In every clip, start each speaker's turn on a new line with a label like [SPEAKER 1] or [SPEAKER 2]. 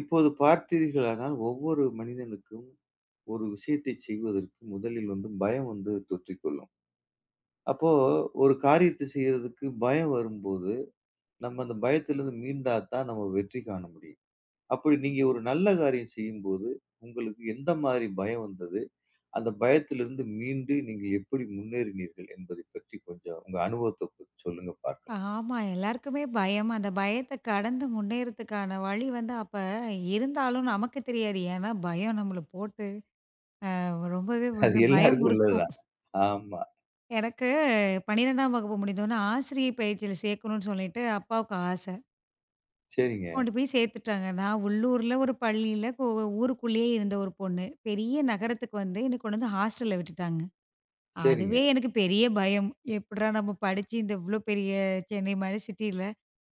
[SPEAKER 1] இப்போது பார்த்தீர்களானால் ஒவ்வொரு மனிதனுக்கும் ஒரு விஷயத்தை செய்வதற்கு முதலில் வந்து பயம் வந்து தொற்றிக்கொள்ளும். அப்போ ஒரு காரியத்தை செய்யறதுக்கு பயம் வரும்போது, நம்ம அந்த பயத்திலிருந்து மீண்டா தான் நம்ம வெற்றி காண முடியும். அப்படி நீங்க ஒரு நல்ல காரியம் செய்யும்போது, உங்களுக்கு எந்த மாதிரி பயம் வந்தது? அந்த பயத்திலிருந்து மீண்டு நீங்க எப்படி முன்னேறினீர்கள் என்பதை பற்றி கொஞ்சம் உங்க அனுபவத்த பத்தி சொல்லுங்க பார்க்கலாம்.
[SPEAKER 2] ஆமா. எல்லாருக்குமே பயம். அந்த பயத்த கடந்து முன்னேறதுக்கான வழி வந்து அப்ப இருந்தாலும் நமக்கு தெரியாது. ஏன்னா, பயம் நம்மள போட்டு அ ரொம்பவே
[SPEAKER 1] அது
[SPEAKER 2] வந்து
[SPEAKER 1] எல்லாருக்கும் உள்ளது
[SPEAKER 2] பயமுறுத்தும்.
[SPEAKER 1] தான். ஆமா.
[SPEAKER 2] எனக்கு 12ஆம் வகுப்பு முடிந்தோனே ஆசிரியை பயிற்சியில சேர்க்கணும்னு சொல்லிட்டு அப்பாவுக்கு ஆசை.
[SPEAKER 1] சரிங்க,
[SPEAKER 2] கொண்டு போய் சேர்த்துட்டாங்க. நான் உள்ளூர்ல ஒரு பள்ளியில, ஊருக்குள்ளேயே இருந்த ஒரு பொண்ணு. பெரிய நகரத்துக்கு வந்து என்ன கொண்டு வந்து ஹாஸ்டல்ல விட்டுட்டாங்க.
[SPEAKER 1] சரிங்க.
[SPEAKER 2] அதுவே எனக்கு பெரிய பயம். எப்புட்றா நம்ம படிச்சு இந்த இவ்ளோ பெரிய சென்னை மாரி சிட்டில,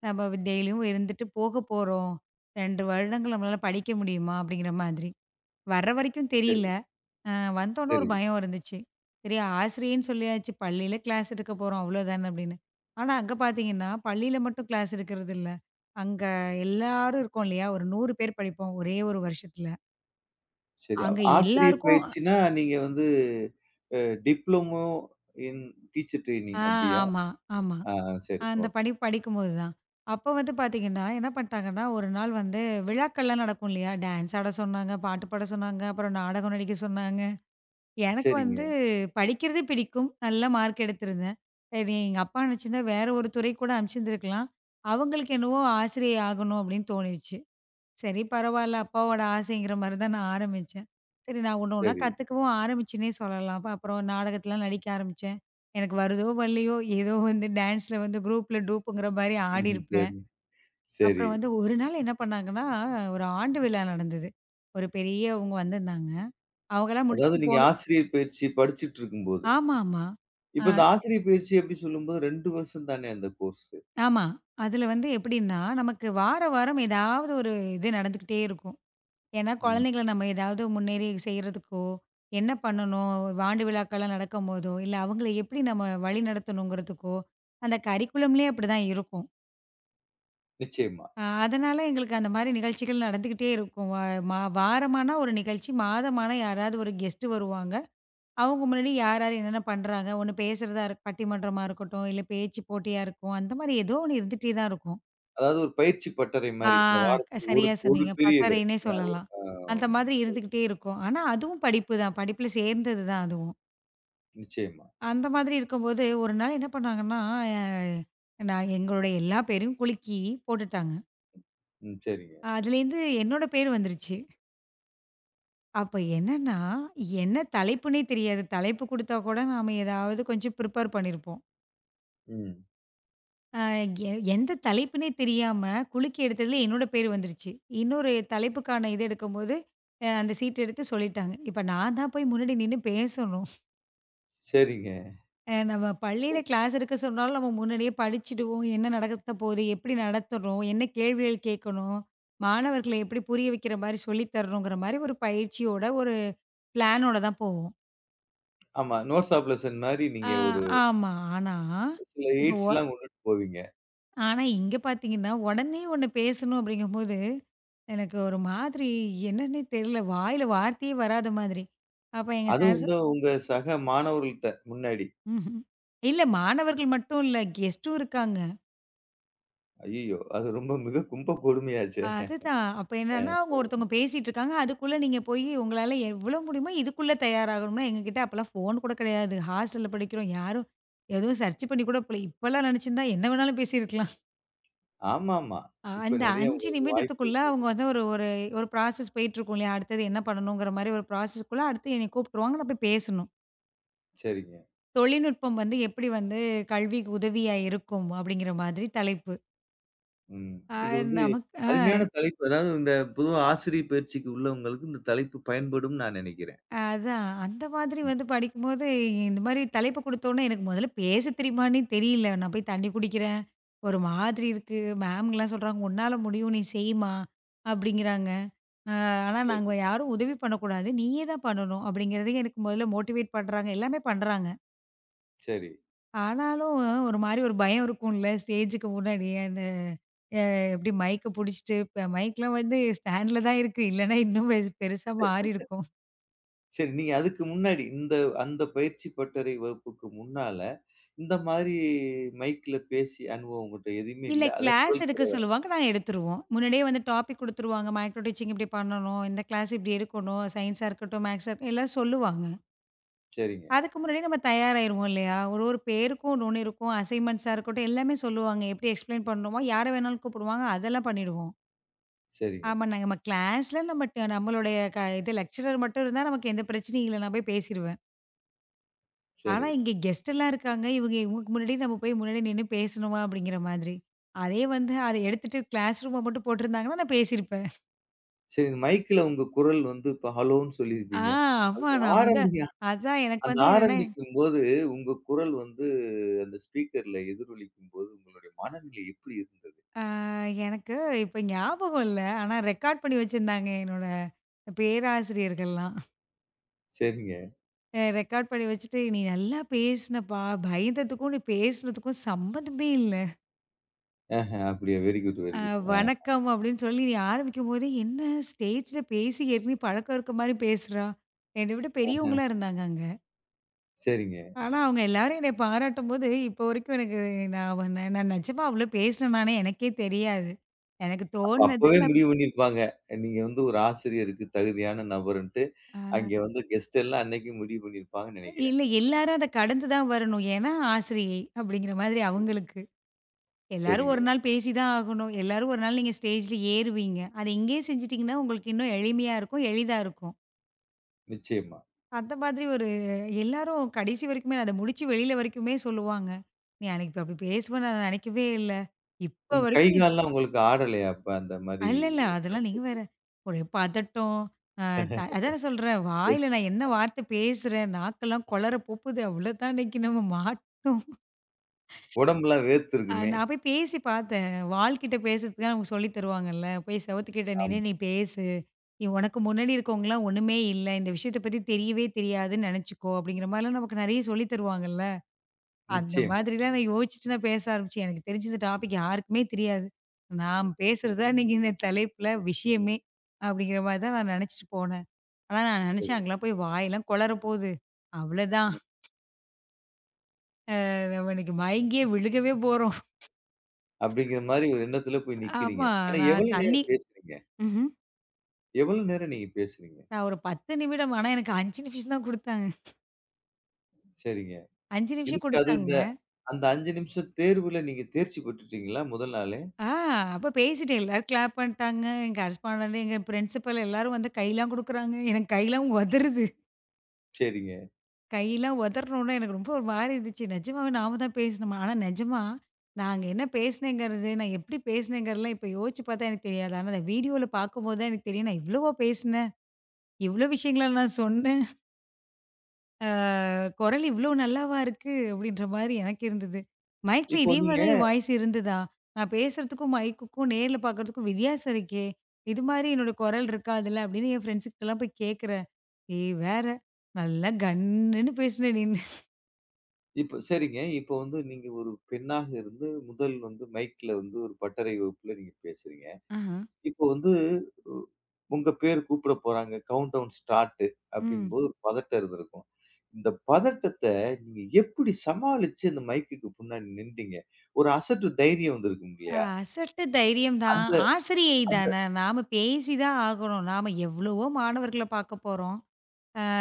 [SPEAKER 2] நம்ம டெய்லியும் இருந்துட்டு போக போறோம். 2 வருடங்கள் நம்மளால படிக்க முடியுமா? அப்படிங்கிற மாதிரி. வர்ற வரைக்கும் தெரியல.
[SPEAKER 1] சரி,
[SPEAKER 2] அ வந்தோனே ஒரு
[SPEAKER 1] சரி.
[SPEAKER 2] பயம் இருந்துச்சு. சரி ஆசிரியைன்னு சொல்லியாச்சு, பள்ளியில கிளாஸ் எடுக்க போறோம் அவ்வளோதான அப்படின்னு. ஆனா அங்க பார்த்தீங்கன்னா, பள்ளியில மட்டும் கிளாஸ் எடுக்கிறது இல்ல. அங்க எல்லாரும் இருக்கோம் இல்லையா? ஒரு 100 பேர் படிப்போம் ஒரே ஒரு வருஷத்துல.
[SPEAKER 1] சரி.
[SPEAKER 2] அங்க
[SPEAKER 1] ஆசிரியர்
[SPEAKER 2] எல்லாருக்கும்
[SPEAKER 1] பயிற்சின்னா, நீங்க வந்து அ டிப்ளமோ இன் டீச்சர் ட்ரெய்னிங்
[SPEAKER 2] ஆ
[SPEAKER 1] அப்டியா?
[SPEAKER 2] ஆமா, ஆமா.
[SPEAKER 1] ஆ, சரி.
[SPEAKER 2] அந்த
[SPEAKER 1] ஓகே.
[SPEAKER 2] படிப்பு படிக்கும்போது தான். அப்போ வந்து பார்த்தீங்கன்னா, என்ன பண்ணிட்டாங்கன்னா, ஒரு நாள் வந்து விழாக்கள்லாம் நடக்கும் இல்லையா? டான்ஸ் ஆட சொன்னாங்க, பாட்டு பாட சொன்னாங்க, அப்புறம் நாடகம் நடிக்க சொன்னாங்க. எனக்கு வந்து
[SPEAKER 1] சரிங்க.
[SPEAKER 2] படிக்கிறது பிடிக்கும். நல்ல மார்க் எடுத்திருந்தேன். சரி எங்க அப்பா நினச்சிருந்தா வேற ஒரு துறை கூட அனுப்பிச்சிருந்துருக்கலாம். அவங்களுக்கு என்னவோ ஆசிரியை ஆகணும் அப்படின்னு தோணிருச்சு. சரி பரவால்ல. அப்பாவோட ஆசைங்கிற மாரி தான் நான் ஆரம்பிச்சேன். சரி நான் ஒண்ணு ஒண்ணா
[SPEAKER 1] சரி.
[SPEAKER 2] கத்துக்கவும் ஆரம்பிச்சேன்னே சொல்லலாம். அப்ப அப்புறம் நாடகத்துலலாம் நடிக்க ஆரம்பிச்சேன். எனக்கு வருதோ வரலையோ, ஏதோ வந்து டான்ஸ்ல வந்து குரூப்ல டூப்புங்கிற மாரி
[SPEAKER 1] ம்ஹ்ம்.
[SPEAKER 2] ஆடியிருப்பேன்.
[SPEAKER 1] சரி, சரி.
[SPEAKER 2] அப்புறம் வந்து ஒரு நாள் என்ன பண்ணாங்கன்னா, ஒரு ஆண்டு விழா நடந்தது. ஒரு பெரியவங்க வந்திருந்தாங்க. அவங்கலாம்
[SPEAKER 1] அதாவது
[SPEAKER 2] முடிச்சுட்டு
[SPEAKER 1] நீங்க
[SPEAKER 2] போன
[SPEAKER 1] ஆசிரியர் பயிற்சி படிச்சுட்டு இருக்கும்போது.
[SPEAKER 2] ஆமாமா. அ
[SPEAKER 1] இப்ப இந்த ஆசிரியர் பயிற்சி அப்டி சொல்லும்போது 2 வருஷம் தானே அந்த கோர்ஸ்.
[SPEAKER 2] ஆமா. அதுல வந்து எப்படின்னா, நமக்கு வார வாரம் ஏதாவது ஒரு இது நடந்துக்கிட்டே இருக்கும். ஏன்னா,
[SPEAKER 1] ம்.
[SPEAKER 2] குழந்தைங்கள நம்ம ஏதாவது முன்னேறி செய்றதுக்கோ, என்ன பண்ணணும்? ஆண்டு விழாக்கள்லாம் நடக்கும்போதோ, இல்ல அவங்கள எப்படி நம்ம வழி நடத்தணுங்கிறதுக்கோ, அந்த கரிக்குலம்லயே அப்படிதான் இருக்கும்.
[SPEAKER 1] நிச்சயமா.
[SPEAKER 2] அதனால எங்களுக்கு அந்த மாரி நிகழ்ச்சிகள் நடந்துக்கிட்டே இருக்கும். வ மா வாரமானா ஒரு நிகழ்ச்சி, மாதமானா யாராவது ஒரு கெஸ்ட் வருவாங்க. அவங்க முன்னாடி யார், யார் என்னென்ன பண்றாங்க? ஒண்ணு பேசுறதா பட்டிமன்றமா இருக்கட்டும், இல்ல பேச்சு போட்டியா இருக்கும். அந்த மாரி ஏதோ ஒண்ணு இருந்துட்டே தான் இருக்கும்.
[SPEAKER 1] அதாவது ஒரு பயிற்சி பட்டறை
[SPEAKER 2] ஆ
[SPEAKER 1] மாரி. அந்த வாரத்துக்கு ஒரு
[SPEAKER 2] சரியா
[SPEAKER 1] ஒரு
[SPEAKER 2] சொன்னீங்க.
[SPEAKER 1] பீரியடு.
[SPEAKER 2] பட்டறைன்னே
[SPEAKER 1] ஒரு
[SPEAKER 2] சொல்லலாம். அந்த மாதிரி இருந்துக்கிட்டே இருக்கும். ஆனா அதுவும் படிப்பு தான். படிப்புல சேர்ந்தது தான் அதுவும்.
[SPEAKER 1] நிச்சயமா.
[SPEAKER 2] அந்த மாதிரி இருக்கும்போது, ஒரு நாள் என்ன பண்ணாங்கன்னா, நான் எங்களோட எல்லா பேரையும் குலுக்கி போட்டுட்டாங்க.
[SPEAKER 1] ம். சரிங்க.
[SPEAKER 2] அதுலேருந்து என்னோட பேர் வந்துருச்சு. அப்ப என்னன்னா, என்ன தலைப்புன்னே தெரியாது. தலைப்பு குடுத்தா கூட நாம ஏதாவது கொஞ்சம் ப்ரிப்பேர் பண்ணியிருப்போம்.
[SPEAKER 1] ம்.
[SPEAKER 2] அ எ எந்த தலைப்புன்னே தெரியாம, குலுக்கி எடுத்ததில என்னோட பேர் வந்துருச்சு. இன்னொரு தலைப்புக்கான இது எடுக்கும்போது, அந்த சீட் எடுத்து சொல்லிட்டாங்க. இப்ப நான் தான் போய் முன்னாடி நின்னு பேசணும்.
[SPEAKER 1] சரிங்க.
[SPEAKER 2] நம்ம பள்ளியில கிளாஸ் எடுக்க சொன்னாலும் நம்ம முன்னாடியே படிச்சுடுவோம். என்ன நடத்த போகுது? எப்படி நடத்தணும்? என்ன கேள்விகள் கேட்கணும்? மாணவர்கள எப்படி புரிய வைக்கிற மாரி சொல்லி தரணுங்கிற மாரி ஒரு பயிற்சியோட, ஒரு பிளானோட தான் போவோம்.
[SPEAKER 1] ஆமா. நோட்ஸ் ஆஃப் லெசன் மாரி
[SPEAKER 2] அ
[SPEAKER 1] நீங்க ஒரு
[SPEAKER 2] ஆமா. ஆனா,
[SPEAKER 1] சில
[SPEAKER 2] இப்போ ஒ
[SPEAKER 1] எய்ட்ஸ்லாம் கொண்டுட்டு போவீங்க.
[SPEAKER 2] ஆனா, இங்க பார்த்தீங்கன்னா, உடனே ஒண்ணு பேசணும் அப்படிங்கும்போது, எனக்கு ஒரு மாதிரி என்னன்னே தெரியல. வாயில வார்த்தையே வராத மாதிரி. அப்ப எங்க
[SPEAKER 1] அதுவும்
[SPEAKER 2] சார் சொ
[SPEAKER 1] வந்து உங்க சக மாணவர்கள்ட்ட முன்னாடி.
[SPEAKER 2] ம்ஹ்ம். இல்ல மாணவர்கள் மட்டும் இல்ல, கெஸ்ட்டும் இருக்காங்க.
[SPEAKER 1] ஐய்யயோ! அது ரொம்ப மிக கும்ப கொடுமையாச்சே!
[SPEAKER 2] அதுதான். அப்ப என்னன்னா,
[SPEAKER 1] அ.
[SPEAKER 2] அவங்க ஒருத்தவங்க பேசிட்டு இருக்காங்க. அதுக்குள்ள நீங்க போய் உங்களால எவ்வளோ முடியுமோ இதுக்குள்ள தயாராகணும்னா, எங்ககிட்ட அப்பலாம் ஃபோன் கூட கிடையாது. ஹாஸ்டல்ல படிக்கிறோம். யாரும் எதுவும் சர்ச் பண்ணி கூட போல இப்பலாம் நினைச்சிருந்தா என்ன வேணாலும் பேசியிருக்கலாம்.
[SPEAKER 1] ஆமாமா. இப்ப
[SPEAKER 2] அந்த
[SPEAKER 1] நெறைய
[SPEAKER 2] 5
[SPEAKER 1] உங்களுக்கு வாய்ப்பு
[SPEAKER 2] நிமிடத்துக்குள்ள
[SPEAKER 1] இருக்கு.
[SPEAKER 2] அவங்க வந்து ஒரு ஒரு ஒரு ப்ராசஸ் போயிட்டுருக்கும் இல்லையா? அடுத்தது என்ன பண்ணணுங்கிற மாரி ஒரு ப்ராசஸ்க்குள்ள அடுத்து என்னைய கூப்பிட்டுருவாங்க. நான் போய் பேசணும்.
[SPEAKER 1] சரிங்க.
[SPEAKER 2] தொழில்நுட்பம் வந்து எப்படி வந்து கல்விக்கு உதவியா இருக்கும்? அப்படிங்கிற மாதிரி தலைப்பு.
[SPEAKER 1] ம்.
[SPEAKER 2] அ
[SPEAKER 1] இது வந்து
[SPEAKER 2] நமக்கு
[SPEAKER 1] அருமையான தலைப்பு. அதாவது இந்த பொதுவா ஆசிரிய பயிற்சிக்கு உள்ளவங்களுக்கு இந்த தலைப்பு பயன்படும்னு நான் நெனைக்கிறேன்.
[SPEAKER 2] அதான். அந்த மாதிரி
[SPEAKER 1] ம்.
[SPEAKER 2] வந்து படிக்கும்போது, இந்த மாரி தலைப்பு குடுத்தோனே எனக்கு முதல்ல பேச தெரியுமான்னே தெரியல. நான் போய் தண்ணி குடிக்கிறேன். ஒரு மாதிரி இருக்கு. மேம்ங்கலாம் சொல்றாங்க, "உன்னால முடியும். நீ செய்யுமா" அப்படிங்கிறாங்க. அ ஆனா
[SPEAKER 1] சரி,
[SPEAKER 2] நாங்க யாரும் உதவி பண்ணக்கூடாது. நீயே தான் பண்ணணும் அப்படிங்கிறதையும் எனக்கு முதல்ல மோட்டிவேட் பண்றாங்க. எல்லாமே பண்றாங்க.
[SPEAKER 1] சரி.
[SPEAKER 2] ஆனாலும் ஒரு மாரி ஒரு பயம் இருக்கும்ல ஸ்டேஜுக்கு முன்னாடி. அந்த அ எப்படி மைக்க புடிச்சுட்டு, இப்ப மைக்லாம் வந்து ஸ்டாண்ட்ல தான் இருக்கு. இல்லன்னா இன்னும் பெருசா மாறியிருக்கும்.
[SPEAKER 1] சரி, நீங்க அதுக்கு முன்னாடி இந்த அந்த பயிற்சி பட்டறை வகுப்புக்கு முன்னால, இந்த மாதிரி மைக்ல பேசிய அனுபவம் உங்கட்ட எதுவுமே
[SPEAKER 2] இல்ல
[SPEAKER 1] இல்ல. அதான்
[SPEAKER 2] கிளாஸ்
[SPEAKER 1] முதல்
[SPEAKER 2] எடுக்க
[SPEAKER 1] தடவ.
[SPEAKER 2] சொல்லுவாங்க. நான் எடுத்துருவோம். முன்னாடியே வந்து டாபிக் குடுத்துருவாங்க. மைக்ரோ டீச்சிங் இப்படி பண்ணணும். இந்த கிளாஸ் இப்படி எடுக்கணும். சயின்ஸா இருக்கட்டும், மேக்ஸா இருக்கட்டும் எல்லாம் சொல்லுவாங்க.
[SPEAKER 1] சரிங்க,
[SPEAKER 2] அதுக்கு முன்னாடியே நம்ம தயாராயிருவோம் இல்லையா? ஒரு ஒரு பேருக்கும் ஒண்ணு ஒண்ணு இருக்கும். அசைன்மெண்ட்ஸா இருக்கட்டும் எல்லாமே சொல்லுவாங்க. எப்படி எக்ஸ்ப்ளைன் பண்ணணுமோ, யார வேணாலும் கூப்பிடுவாங்க. அதெல்லாம் பண்ணிடுவோம்.
[SPEAKER 1] சரிங்க,
[SPEAKER 2] ஆமா நம்ம கிளாஸ்ல நம்ம ட- நம்மளுடைய க இது லெக்சரர் மட்டும் இருந்தா நமக்கு எந்த பிரச்சனையும் இல்ல. நான் போய் பேசிருவேன். ஆனா,
[SPEAKER 1] சரி.
[SPEAKER 2] இங்க கெஸ்ட் எல்லாம் இருக்காங்க. இவங்களுக்கு முன்னாடி நம்ம போய் முன்னாடி நின்னு பேசணுமா? அப்படிங்கிற மாதிரி. அதே வந்து அத எடுத்துட்டு கிளாஸ் ரூம மட்டும் போட்டிருந்தாங்கன்னா, நான் பேசியிருப்பேன்.
[SPEAKER 1] சரி, மைக்ல உங்க குரல் வந்து இப்ப ஹலோன்னு
[SPEAKER 2] ஆ
[SPEAKER 1] சொல்லியிருப்பீங்க.
[SPEAKER 2] ஆமா.
[SPEAKER 1] அப்படி
[SPEAKER 2] நான் முத
[SPEAKER 1] ஆரம்பிங்க.
[SPEAKER 2] அதான் எனக்கு
[SPEAKER 1] அந்த
[SPEAKER 2] வந்து என்னன்னா,
[SPEAKER 1] ஆரம்பிக்கும்போது உங்க குரல் வந்து அந்த ஸ்பீக்கர்ல எதிரொலிக்கும்போது உங்களுடைய மனநிலை எப்படி இருந்தது?
[SPEAKER 2] ஆ எனக்கு இப்ப ஞாபகம் இல்ல. ஆனா ரெக்கார்ட் பண்ணி வச்சிருந்தாங்க என்னோட பேராசிரியர்கள்லாம்.
[SPEAKER 1] சரிங்க.
[SPEAKER 2] ரெக்கார்ட் பண்ணி வச்சுட்டு, "நீ நல்லா பேசினப்பா. பயந்ததுக்கும், நீ பேசினதுக்கும் சம்மந்தமே இல்ல."
[SPEAKER 1] அப்படியா? Very good, very
[SPEAKER 2] uh
[SPEAKER 1] good.
[SPEAKER 2] வணக்கம் அப்படின்னு சொல்லி ஆரம்பிக்கும்போதே, என்ன ஸ்டேஜ்ல பேசி ஏற்கனவே பழக்கம் இருக்க மாரி பேசுறா. என்னை விட பெரியவங்களா இருந்தாங்க அங்க.
[SPEAKER 1] சரிங்க.
[SPEAKER 2] ஆனா அவங்க எல்லாரும் என்னை பாராட்டும்போது, இப்போ வரைக்கும் எனக்கு நான் வ நான் நான் நிஜமா அவ்ளோ பேசினேனானே எனக்கே தெரியாது. எனக்கு
[SPEAKER 1] அப்ப
[SPEAKER 2] தோணுனது
[SPEAKER 1] அப்பவே
[SPEAKER 2] நான்
[SPEAKER 1] முடிவு பண்ணியிருப்பாங்க. நீங்க வந்து ஒரு ஆசிரியருக்கு தகுதியான நபருன்ட்டு,
[SPEAKER 2] அ
[SPEAKER 1] அங்கே வந்து கெஸ்ட் எல்லாம் அன்னைக்கு முடிவு பண்ணியிருப்பாங்கன்னு நெனைக்கிறேன்.
[SPEAKER 2] இல்ல எல்லாரும் அத கடந்து தான் வரணும். ஏன்னா ஆசிரியை அப்படிங்கிற மாதிரி அவங்களுக்கு. எல்லாரும்
[SPEAKER 1] சரிங்க.
[SPEAKER 2] ஒரு நாள் பேசி தான் ஆகணும். எல்லாரும் ஒரு நாள் நீங்க ஸ்டேஜ்ல ஏறுவீங்க. அத இங்கேயே செஞ்சுட்டீங்கன்னா உங்களுக்கு இன்னும் எளிமையா இருக்கும், எளிதா இருக்கும்.
[SPEAKER 1] நிச்சயமா.
[SPEAKER 2] அந்த மாதிரி ஒரு எல்லாரும் கடைசி வரைக்குமே அத முடிச்சு வெளியில வரைக்குமே சொல்லுவாங்க. "நீ அன்னைக்கு அப்படி பேசுவேன்னு நான் நினைக்கவே இல்ல. இப்ப
[SPEAKER 1] உங்க கை
[SPEAKER 2] வரைக்கும் நீ"
[SPEAKER 1] கால்லாம் உங்களுக்கு ஆடலையா அப்ப அந்த மாரி?
[SPEAKER 2] இல்ல, இல்ல. அதெல்லாம் நீங்க வேற. ஒரே பதட்டம். அ த
[SPEAKER 1] சரி.
[SPEAKER 2] அதானே சொல்றேன். வாயில நான் என்ன வார்த்தை பேசுறேன். நாக்கெல்லாம் கொளற போகுது. அவ்வளோதான் இன்னைக்கு நம்ம மாட்டோம்.
[SPEAKER 1] உடம்பெல்லாம் வேர்த்திருக்குமே!
[SPEAKER 2] நான் போய் பேசி பார்த்தேன். வாள்கிட்ட பேசுறதுக்கு அவங்க சொல்லி தருவாங்கல்ல. போய் செவுத்துக்கிட்ட
[SPEAKER 1] ஆமா.
[SPEAKER 2] நின்னு நீ பேசு. நீ உனக்கு முன்னாடி இருக்கவங்கலாம் ஒண்ணுமே இல்ல. இந்த விஷயத்த பத்தி தெரியவே தெரியாதுன்னு நினைச்சுக்கோ. அப்படிங்கிற மாதிரிலாம் நமக்கு நெறைய சொல்லி தருவாங்கல்ல. அந்த
[SPEAKER 1] நிச்சயமா.
[SPEAKER 2] மாதிரிலாம் நான் யோசிச்சுட்டு நான் பேச ஆரம்பிச்சேன். எனக்கு தெரிஞ்சு இந்த டாபிக் யாருக்குமே தெரியாது. நாம் பேசுறது தான் இன்னைக்கு இந்த தலைப்புல விஷயமே! அப்படிங்கிற மாரி தான் நான் நெனச்சுட்டு போனேன். ஆனா நான்
[SPEAKER 1] சரி.
[SPEAKER 2] நெனச்சேன் அங்கலாம் போய் வாயெல்லாம் கொளற போகுது. அவ்வளதான். நம்ம இன்னைக்கு மயங்கியே விழுகவே போறோம்.
[SPEAKER 1] அப்படிங்கிற மாரி ஒரு எண்ணத்துல போய் நிக்கிறீங்க.
[SPEAKER 2] ஆமா
[SPEAKER 1] ஆனா
[SPEAKER 2] நான்
[SPEAKER 1] எவ்வளவு
[SPEAKER 2] தண்ணி
[SPEAKER 1] நேரம் பேசுறீங்க?
[SPEAKER 2] ம்ஹ்ம்.
[SPEAKER 1] எவ்வளவு நேரம் நீங்க பேசுறீங்க?
[SPEAKER 2] நான் ஒரு 10 நிமிடம் ஆனா எனக்கு 5 நிமிஷம் தான் குடுத்தாங்க.
[SPEAKER 1] சரிங்க.
[SPEAKER 2] 5 நிமிஷம்
[SPEAKER 1] இதுக்கு அது
[SPEAKER 2] குடுத்தாங்க.
[SPEAKER 1] இந்த அந்த 5 நிமிஷம் தேர்வுல நீங்க தேர்ச்சி பெற்றுட்டீங்களா முதல் நாளே?
[SPEAKER 2] ஆ அப்ப பேசிட்டேன். எல்லாரும் கிளாப் பண்ணிட்டாங்க. என் கரஸ்பாண்டன்ட், எங்க பிரின்சிபல் எல்லாரும் வந்து கைலாம் குடுக்குறாங்க. எனக்கு கைலாம் உதறுது.
[SPEAKER 1] சரிங்க.
[SPEAKER 2] கையெல்லாம் உதறனோனே எனக்கு ரொம்ப ஒரு மாரி இருந்துச்சு. நிஜமாவே நாம தான் பேசினோமா? ஆனா நிஜமா நாங்க என்ன பேசினேங்கிறது, நான் எப்படி பேசினேங்கிறதெல்லாம் இப்ப யோசிச்சு பார்த்தா எனக்கு தெரியாது. ஆனா அந்த வீடியோல பார்க்கும்போது தான் எனக்கு தெரியும். நான் இவ்வளவா பேசினேன். இவ்வளோ விஷயங்கள நான் சொன்னேன். குரல் இவ்வளோ நல்லாவா இருக்கு? அப்படின்ற மாரி எனக்கு இருந்தது. மைக்ல
[SPEAKER 1] இப்போ
[SPEAKER 2] இதே மாரி
[SPEAKER 1] நீங்க
[SPEAKER 2] தான் என் வாய்ஸ் இருந்ததா? நான் பேசுறதுக்கும், மைக்குக்கும் நேர்ல பார்க்கறதுக்கும் வித்தியாசம் இருக்கே! இது மாரி என்னோட குரல் இருக்காதுல்ல அப்படின்னு என் ஃப்ரெண்ட்ஸுகிட்டலாம் போய் கேட்கிறேன். ஏய் வேற! நல்லா கன்னுன்னு பேசின நீனு.
[SPEAKER 1] இப்ப சரிங்க. இப்போ வந்து நீங்க ஒரு பெண்ணாக இருந்து முதல் வந்து மைக்ல வந்து ஒரு பட்டறை வகுப்புல நீங்க பேசுறீங்க.
[SPEAKER 2] ஆஹ.
[SPEAKER 1] இப்போ வந்து உ உங்க பேர் கூப்பிட போறாங்க. Countdown start.
[SPEAKER 2] ம்.
[SPEAKER 1] அப்படிங்கும்போது ஒரு பதட்டம் இருந்திருக்கும். இந்த பதட்டத்த நீங்க எப்படி சமாளிச்சு அந்த மைக்குக்கு முன்னாடி நின்றீங்க? ஒரு அசட்டு தைரியம் வந்திருக்கும் இல்லையா?
[SPEAKER 2] அசட்டு தைரியம் தான்.
[SPEAKER 1] அந்த
[SPEAKER 2] ஆசிரியை
[SPEAKER 1] அந்த
[SPEAKER 2] தான. நாம பேசி தான் ஆகணும். நாம எவ்வளவோ மாணவர்கள பாக்க போறோம். அ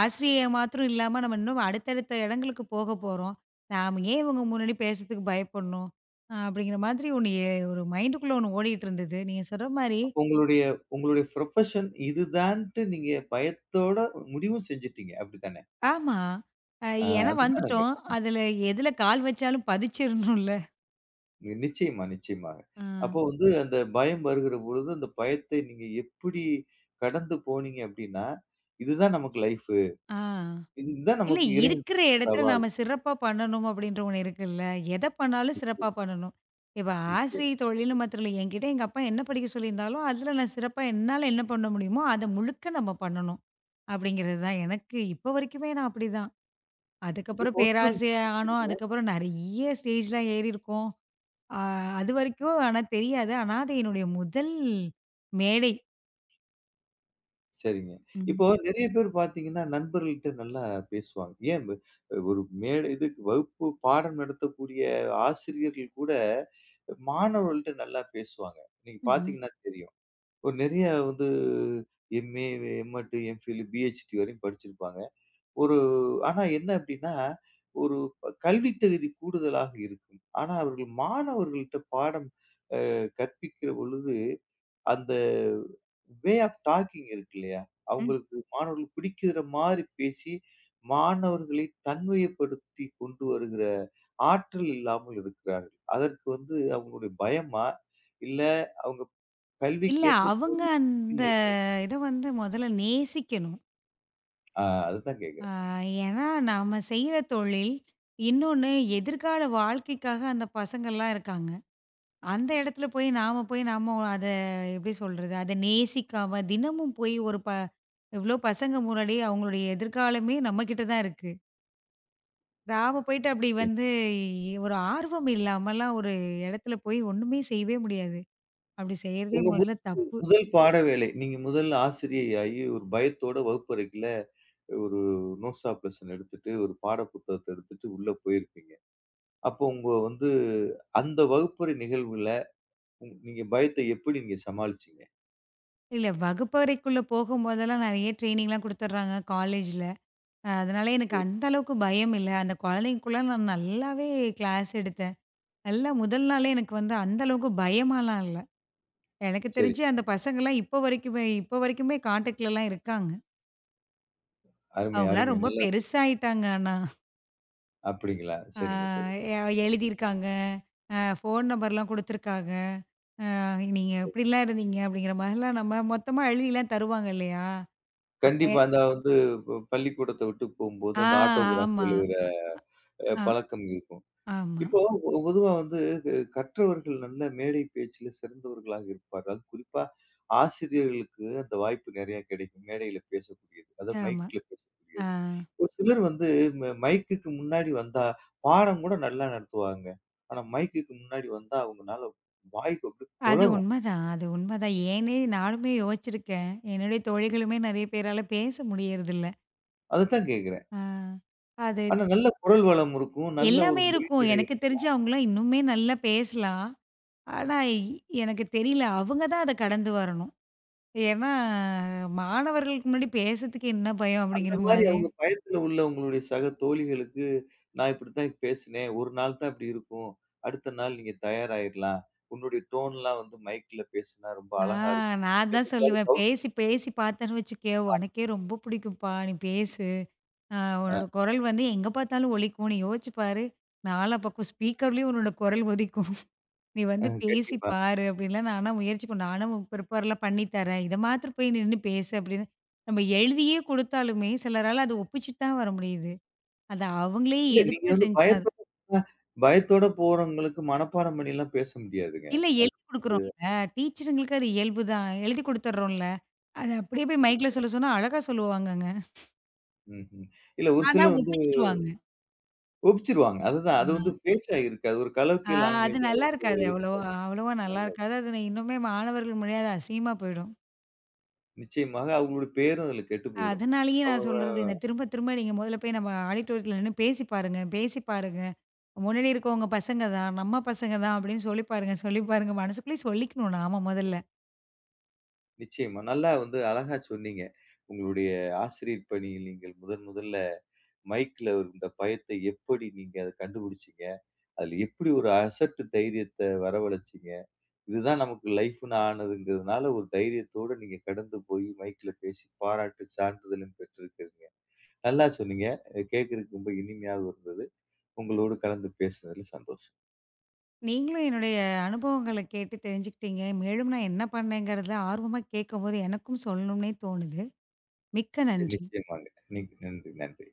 [SPEAKER 2] ஆசிரியை மாத்திரம் இல்லாம நம்ம இன்னும் அடுத்தடுத்த இடங்களுக்கு போக போறோம். நாம ஏன் இவங்க முன்னாடி பேசுறதுக்கு பயப்படணும்? அப்படிங்கிற மாதிரி ஒண்ணு எ ஒரு மைண்டுக்குள்ள ஒண்ணு ஓடிட்டு இருந்தது. நீங்க சொல்ற மாரி
[SPEAKER 1] அப்ப உங்களுடைய உங்களுடைய ப்ரொஃபஷன் இதுதான்ட்டு நீங்க பயத்தோட முடிவும் செஞ்சுட்டீங்க. அப்படித்தானே?
[SPEAKER 2] ஆமா. அ
[SPEAKER 1] அ
[SPEAKER 2] ஏன்னா
[SPEAKER 1] அதுதான் நான்
[SPEAKER 2] வந்துட்டோம்.
[SPEAKER 1] கேட்டேன்.
[SPEAKER 2] எதுல கால் வச்சாலும் பதிச்சிரணும்ல.
[SPEAKER 1] நிச்சயமா, நிச்சயமாக.
[SPEAKER 2] ஆ.
[SPEAKER 1] அப்போ வந்து அந்த பயம் வருகிற பொழுது அந்த பயத்தை நீங்க எப்படி கடந்து போனீங்க அப்படின்னா, இதுதான் நமக்கு லைஃப்.
[SPEAKER 2] ஆ.
[SPEAKER 1] இதுதான்
[SPEAKER 2] இல்ல
[SPEAKER 1] நமக்கு இறைவன்
[SPEAKER 2] இருக்கிற
[SPEAKER 1] குடுத்த
[SPEAKER 2] இடத்துல
[SPEAKER 1] சவால்.
[SPEAKER 2] நாம சிறப்பா பண்ணணும் அப்படின்ற ஒண்ணு இருக்குல்ல. எத பண்ணாலும் சிறப்பா
[SPEAKER 1] நிச்சயம்,
[SPEAKER 2] பண்ணணும். இப்ப
[SPEAKER 1] நிச்சயம்.
[SPEAKER 2] ஆசிரியை தொழில்னு மாத்திரம் இல்ல. என்கிட்ட எங்க அப்பா என்ன படிக்க சொல்லியிருந்தாலும், அதுல நான் சிறப்பா என்னால என்ன பண்ண முடியுமோ, அத முழுக்க நம்ம பண்ணணும். அப்படிங்கிறது தான் எனக்கு இப்போ வரைக்குமே நான் அப்படிதான். அதுக்கப்புறம்
[SPEAKER 1] இப்போ இன்னொரு விஷயம்
[SPEAKER 2] பேராசிரியர் ஆனோம்.
[SPEAKER 1] பார்த்தீங்கன்னா
[SPEAKER 2] அதுக்கப்புறம் நெறைய ஸ்டேஜ்லாம் ஏறியிருக்கோம். அ அதுவரைக்கும் ஆனா தெரியாது. ஆனா அது என்னுடைய முதல் மேடை.
[SPEAKER 1] சரிங்க. இப்போ
[SPEAKER 2] ம்.
[SPEAKER 1] நெறைய பேர் பார்த்தீங்கன்னா, நண்பர்கள்ட்ட நல்லா பேசுவாங்க. ஏன் வ ஒரு மேடை இதுக்கு வகுப்பு பாடம் நடத்தக்கூடிய ஆசிரியர்கள் கூட மாணவர்கள்ட்ட நல்லா பேசுவாங்க. நீங்க
[SPEAKER 2] ம்ஹ்ம்.
[SPEAKER 1] பார்த்தீங்கன்னா தெரியும். ஒரு நெறைய வந்து MA, M.Ed, M.Phil, Ph.D வரையும் படிச்சிருப்பாங்க. ஒரு ஆனா என்ன அப்படின்னா, ஒரு கல்வி தகுதி கூடுதலாக இருக்கும். ஆனா அவர்கள் மாணவர்கள்ட்ட பாடம் கற்பிக்கிற பொழுது, அந்த வே ஆஃப் டாக்கிங் இருக்கு இல்லையா?
[SPEAKER 2] ம்.
[SPEAKER 1] அவங்களுக்கு மாணவர்களுக்கு பிடிக்கிற மாரி பேசி, மாணவர்களை தன்மைப்படுத்தி கொண்டு வருகிற ஆற்றல் இல்லாமல் இருக்கிறார்கள். அதற்கு வந்து அவங்களுடைய பயமா? இல்ல அவங்க
[SPEAKER 2] இல்ல
[SPEAKER 1] கல்விக்கேற்ற
[SPEAKER 2] அவங்க
[SPEAKER 1] போதிய.
[SPEAKER 2] அந்த இத வந்து முதல்ல நேசிக்கணும்.
[SPEAKER 1] ஆ, அதுதான்
[SPEAKER 2] ஆ,
[SPEAKER 1] கேட்கிறேன். ம்.
[SPEAKER 2] ஏன்னா நாம செய்ற தொழில், இன்னொன்னு எதிர்கால வாழ்க்கைக்காக அந்த பசங்கள்லாம் இருக்காங்க. அந்த இடத்துல போய் நாம அத எப்படி சொல்றது? அத நேசிக்காம தினமும் போய் ஒரு ப இவ்ளோ பசங்க முன்னாடி அவங்களுடைய எதிர்காலமே நம்மகிட்ட தான் இருக்கு. நாம போயிட்டு அப்படி
[SPEAKER 1] நிச்சயமா.
[SPEAKER 2] வந்து ஒரு ஆர்வம் இல்லாமலாம் ஒரு இடத்துல போய் ஒண்ணுமே செய்யவே முடியாது. அப்படி செய்றதே
[SPEAKER 1] உங்க மு
[SPEAKER 2] முதல்ல தப்பு.
[SPEAKER 1] முதல் பாட வேலை, நீங்க முதல்ல ஆசிரியையாகி ஒரு பயத்தோட வகுப்பறைக்குள்ள ஒரு நோட்ஸ் ஆப் லெசன் எடுத்துட்டு, ஒரு பாட புத்தகத்த எடுத்துட்டு உள்ள போயிருப்பீங்க. அப்போ உங்க வந்து அந்த வகுப்பறை நிகழ்வுல நீங்க பயத்த எப்படி நீங்க சமாளிச்சீங்க?
[SPEAKER 2] இல்ல வகுப்பறைக்குள்ள போகும்போதெல்லாம் நெறைய ட்ரெய்னிங்லாம் குடுத்துடுறாங்க காலேஜ்ல. அதனால எனக்கு
[SPEAKER 1] சரி,
[SPEAKER 2] அந்த அளவுக்கு பயம் இல்ல. அந்த குழந்தைங்கக்குள்ள நான் நல்லாவே கிளாஸ் எடுத்தேன். நல்லா முதல் நாளே எனக்கு வந்து அந்த அளவுக்கு பயமாலாம் இல்ல. எனக்கு
[SPEAKER 1] சரி.
[SPEAKER 2] தெரிஞ்சு அந்த பசங்கலாம் இப்போ வரைக்குமே கான்டாக்ட்லலாம் இருக்காங்க.
[SPEAKER 1] அருமை,
[SPEAKER 2] அவங்கலாம்
[SPEAKER 1] அருமை.
[SPEAKER 2] ரொம்ப
[SPEAKER 1] நல்லா சொன்னீங்க.
[SPEAKER 2] பெருசாயிட்டாங்க ஆனா.
[SPEAKER 1] அப்படிங்களா?
[SPEAKER 2] ஆ
[SPEAKER 1] சரிங்க, சரி.
[SPEAKER 2] எ எழுதியிருக்காங்க. ஃபோன் நம்பர்லாம் குடுத்துருக்காங்க. "நீங்க இப்படிலாம் இருந்தீங்க" அப்படிங்கிற மாதிரிலாம் நம்ம மொத்தமா எழுதிலாம் தருவாங்க இல்லையா? அப்ப
[SPEAKER 1] கண்டிப்பா. அந்த வந்து பள்ளிக்கூடத்த விட்டு போம்போது
[SPEAKER 2] ஆ
[SPEAKER 1] அந்த ஆட்டோகிராஃப்
[SPEAKER 2] ஆமா.
[SPEAKER 1] எழுதுற
[SPEAKER 2] ஆ
[SPEAKER 1] பழக்கம் இருக்கும்.
[SPEAKER 2] ஆமா,
[SPEAKER 1] இப்போ பொதுவா வந்து கற்றவர்கள் நல்ல மேடை பேச்சில சிறந்தவர்களாக இருப்பார்கள். அது குறிப்பா ஆசிரியர்களுக்கு அந்த வாய்ப்பு நெறைய கிடைக்கும். மேடையில பேசக்கூடியது. அதாவது
[SPEAKER 2] ஆமா.
[SPEAKER 1] மைக்ல
[SPEAKER 2] ஆ.
[SPEAKER 1] பேசக்கூடியது. ஒரு சிலர் வந்து மைக்குக்கு முன்னாடி வந்தா பாடம் கூட நல்லா நடத்துவாங்க. ஆனா மைக்குக்கு முன்னாடி வந்தா அவங்கனால வாய் அப்படியே
[SPEAKER 2] அது
[SPEAKER 1] கொளறும்.
[SPEAKER 2] உண்மதான். அது உண்மதான். ஏன்னே நானுமே யோசிச்சிருக்கேன். என்னுடைய தோழிகளுமே நெறைய பேரால பேச முடியறதில்ல.
[SPEAKER 1] அதத்தான் கேட்கிறேன்.
[SPEAKER 2] ஆ. அது
[SPEAKER 1] ஆனா நல்ல குரல் வளம் இருக்கும். நல்ல ஒரு
[SPEAKER 2] எல்லாமே இருக்கும்.
[SPEAKER 1] மொழிநடை
[SPEAKER 2] எனக்கு
[SPEAKER 1] இருக்கும்.
[SPEAKER 2] தெரிஞ்சு அவங்கலாம் இன்னுமே நல்லா பேசலாம். ஆனா, எனக்கு தெரியல. அவங்க தான் அத கடந்து வரணும். ஏன்னா, மாணவர்களுக்கு முன்னாடி பேசறதுக்கு என்ன பயம்
[SPEAKER 1] அந்த
[SPEAKER 2] அப்படிங்கிற
[SPEAKER 1] மாரி
[SPEAKER 2] மாதிரி.
[SPEAKER 1] அவங்க பயத்துல உள்ள உங்களுடைய சக தோழிகளுக்கு, நான் இப்படித்தான் பேசினேன். ஒரு நாள் தான் இப்படி இருக்கும். அடுத்த நாள் நீங்க தயாராயிரலாம். உன்னுடைய டோன்லாம் வந்து மைக்ல பேசினா ரொம்ப
[SPEAKER 2] ஆ
[SPEAKER 1] அழகா இருக்கும்.
[SPEAKER 2] நான் தான்
[SPEAKER 1] என்னைக்காவது
[SPEAKER 2] சொல்லுவேன்.
[SPEAKER 1] கவுன்சிலிங்.
[SPEAKER 2] பேசி பேசி பார்த்தேன்னு வச்சுக்கயே, உனக்கே ரொம்ப பிடிக்கும்ப்பா. நீ பேசு. ஆ
[SPEAKER 1] ஆ,
[SPEAKER 2] உன்னோட குரல் வந்து எங்க பார்த்தாலும் ஒலிக்கும். நீ யோசிச்சு பாரு. நாலாம் பக்கம் ஸ்பீக்கர்லயும் உன்னோட குரல் ஒலிக்கும். நீ
[SPEAKER 1] ஆ,
[SPEAKER 2] வந்து பேசி
[SPEAKER 1] கண்டிப்பா.
[SPEAKER 2] பாரு அப்படின்லாம் நானா முயற்சி பண்ணேன். நானும் ப்ரிப்பேர்லாம் பண்ணி தரேன். இத மாத்திரம் போய் நின்னு பேசு அப்படின்னு. நம்ம எழுதியே குடுத்தாலுமே சிலரால அத ஒப்பிச்சுட்டு தான் வர முடியுது. அத அவங்களே
[SPEAKER 1] இல்ல நீங்க
[SPEAKER 2] எடுத்து
[SPEAKER 1] வந்து
[SPEAKER 2] செஞ்சா தான்
[SPEAKER 1] பயத்தோட அ பயத்தோட போறவங்களுக்கு மனப்பாடம் பண்ணிலாம் பேச முடியாதுங்க.
[SPEAKER 2] இல்ல
[SPEAKER 1] அது
[SPEAKER 2] எழுதி குடுக்குறோம்ல. டீச்சருங்களுக்கு அது இயல்பு தான். எழுதி குடுத்துடுறோம்ல. அத அப்படியே போய் மைக்ல
[SPEAKER 1] நிச்சயம்.
[SPEAKER 2] சொல்ல சொன்னா அழகா சொல்லுவாங்கங்க.
[SPEAKER 1] ம்ஹ்ம். இல்ல ஒரு
[SPEAKER 2] ஆனா
[SPEAKER 1] சிலர் வந்து
[SPEAKER 2] ஒப்பிச்சுருவாங்க.
[SPEAKER 1] கோபிச்சுருவாங்க. அதுதான். அது வந்து பேச்சா இருக்காது. ஒரு
[SPEAKER 2] ஆ
[SPEAKER 1] கலோக்கிய
[SPEAKER 2] அது
[SPEAKER 1] லாங்குவேஜா
[SPEAKER 2] நல்லா இருக்காது. அவ்வளவா அவ்வளவா நல்லா
[SPEAKER 1] நல்லா
[SPEAKER 2] இருக்காது.
[SPEAKER 1] இருக்கும்.
[SPEAKER 2] அது நான் இன்னுமே மாணவர்கள் முன்னாடி அது அசிங்கமா போயிடும்.
[SPEAKER 1] நிச்சயமாக அவங்களுடைய பேரும் அதுல கெட்டு போயிடும்.
[SPEAKER 2] அதனாலேயே நான்
[SPEAKER 1] அவங்க
[SPEAKER 2] சொல்றது என்ன, திரும்ப திரும்ப நீங்க முதல்ல போய் நம்ம ஆடிட்டோரியத்தில நின்னு பேசி பாருங்க, பேசி பாருங்க. முன்னாடி இருக்கவங்க பசங்க தான், நம்ம பசங்க தான் அப்படின்னு சொல்லி பாருங்க, சொல்லி பாருங்க. மனசுக்குள்ளேயே சொல்லிக்கணும் நாம முதல்ல.
[SPEAKER 1] நிச்சயமா. நல்லா வந்து அழகா சொன்னீங்க. உங்களுடைய ஆசிரியர் பணியில் நீங்கள் முதன் முதல்ல மைக்ல இருந்த பயத்தை எப்படி நீங்க அத கண்டுபிடிச்சீங்க? அதுல எப்படி ஒரு அசட்டு தைரியத்த வரவழைச்சீங்க? இதுதான் நமக்கு லைஃப்ன்னு ஆனதுங்கிறதுனால ஒரு தைரியத்தோட நீங்க கடந்து போய் மைக்ல பேசி பாராட்டு சான்றிதழும் பெற்றிருக்கிறீங்க. நல்லா சொன்னீங்க. கேட்கறதுக்கு ரொம்ப இனிமையாகவும் இருந்தது. உங்களோடு கலந்து பேசுனதுல சந்தோஷம்.
[SPEAKER 2] நீங்களும் என்னுடைய அனுபவங்கள கேட்டு தெரிஞ்சுக்கிட்டீங்க. மேலும் நான் என்ன பண்ணேங்கிறத ஆர்வமா கேட்கும்போது எனக்கும் சொல்லணும்னே தோணுது. மிக்க
[SPEAKER 1] சரி,
[SPEAKER 2] நன்றி.
[SPEAKER 1] நிச்சயமாங்க. நி நன்றி, நன்றி.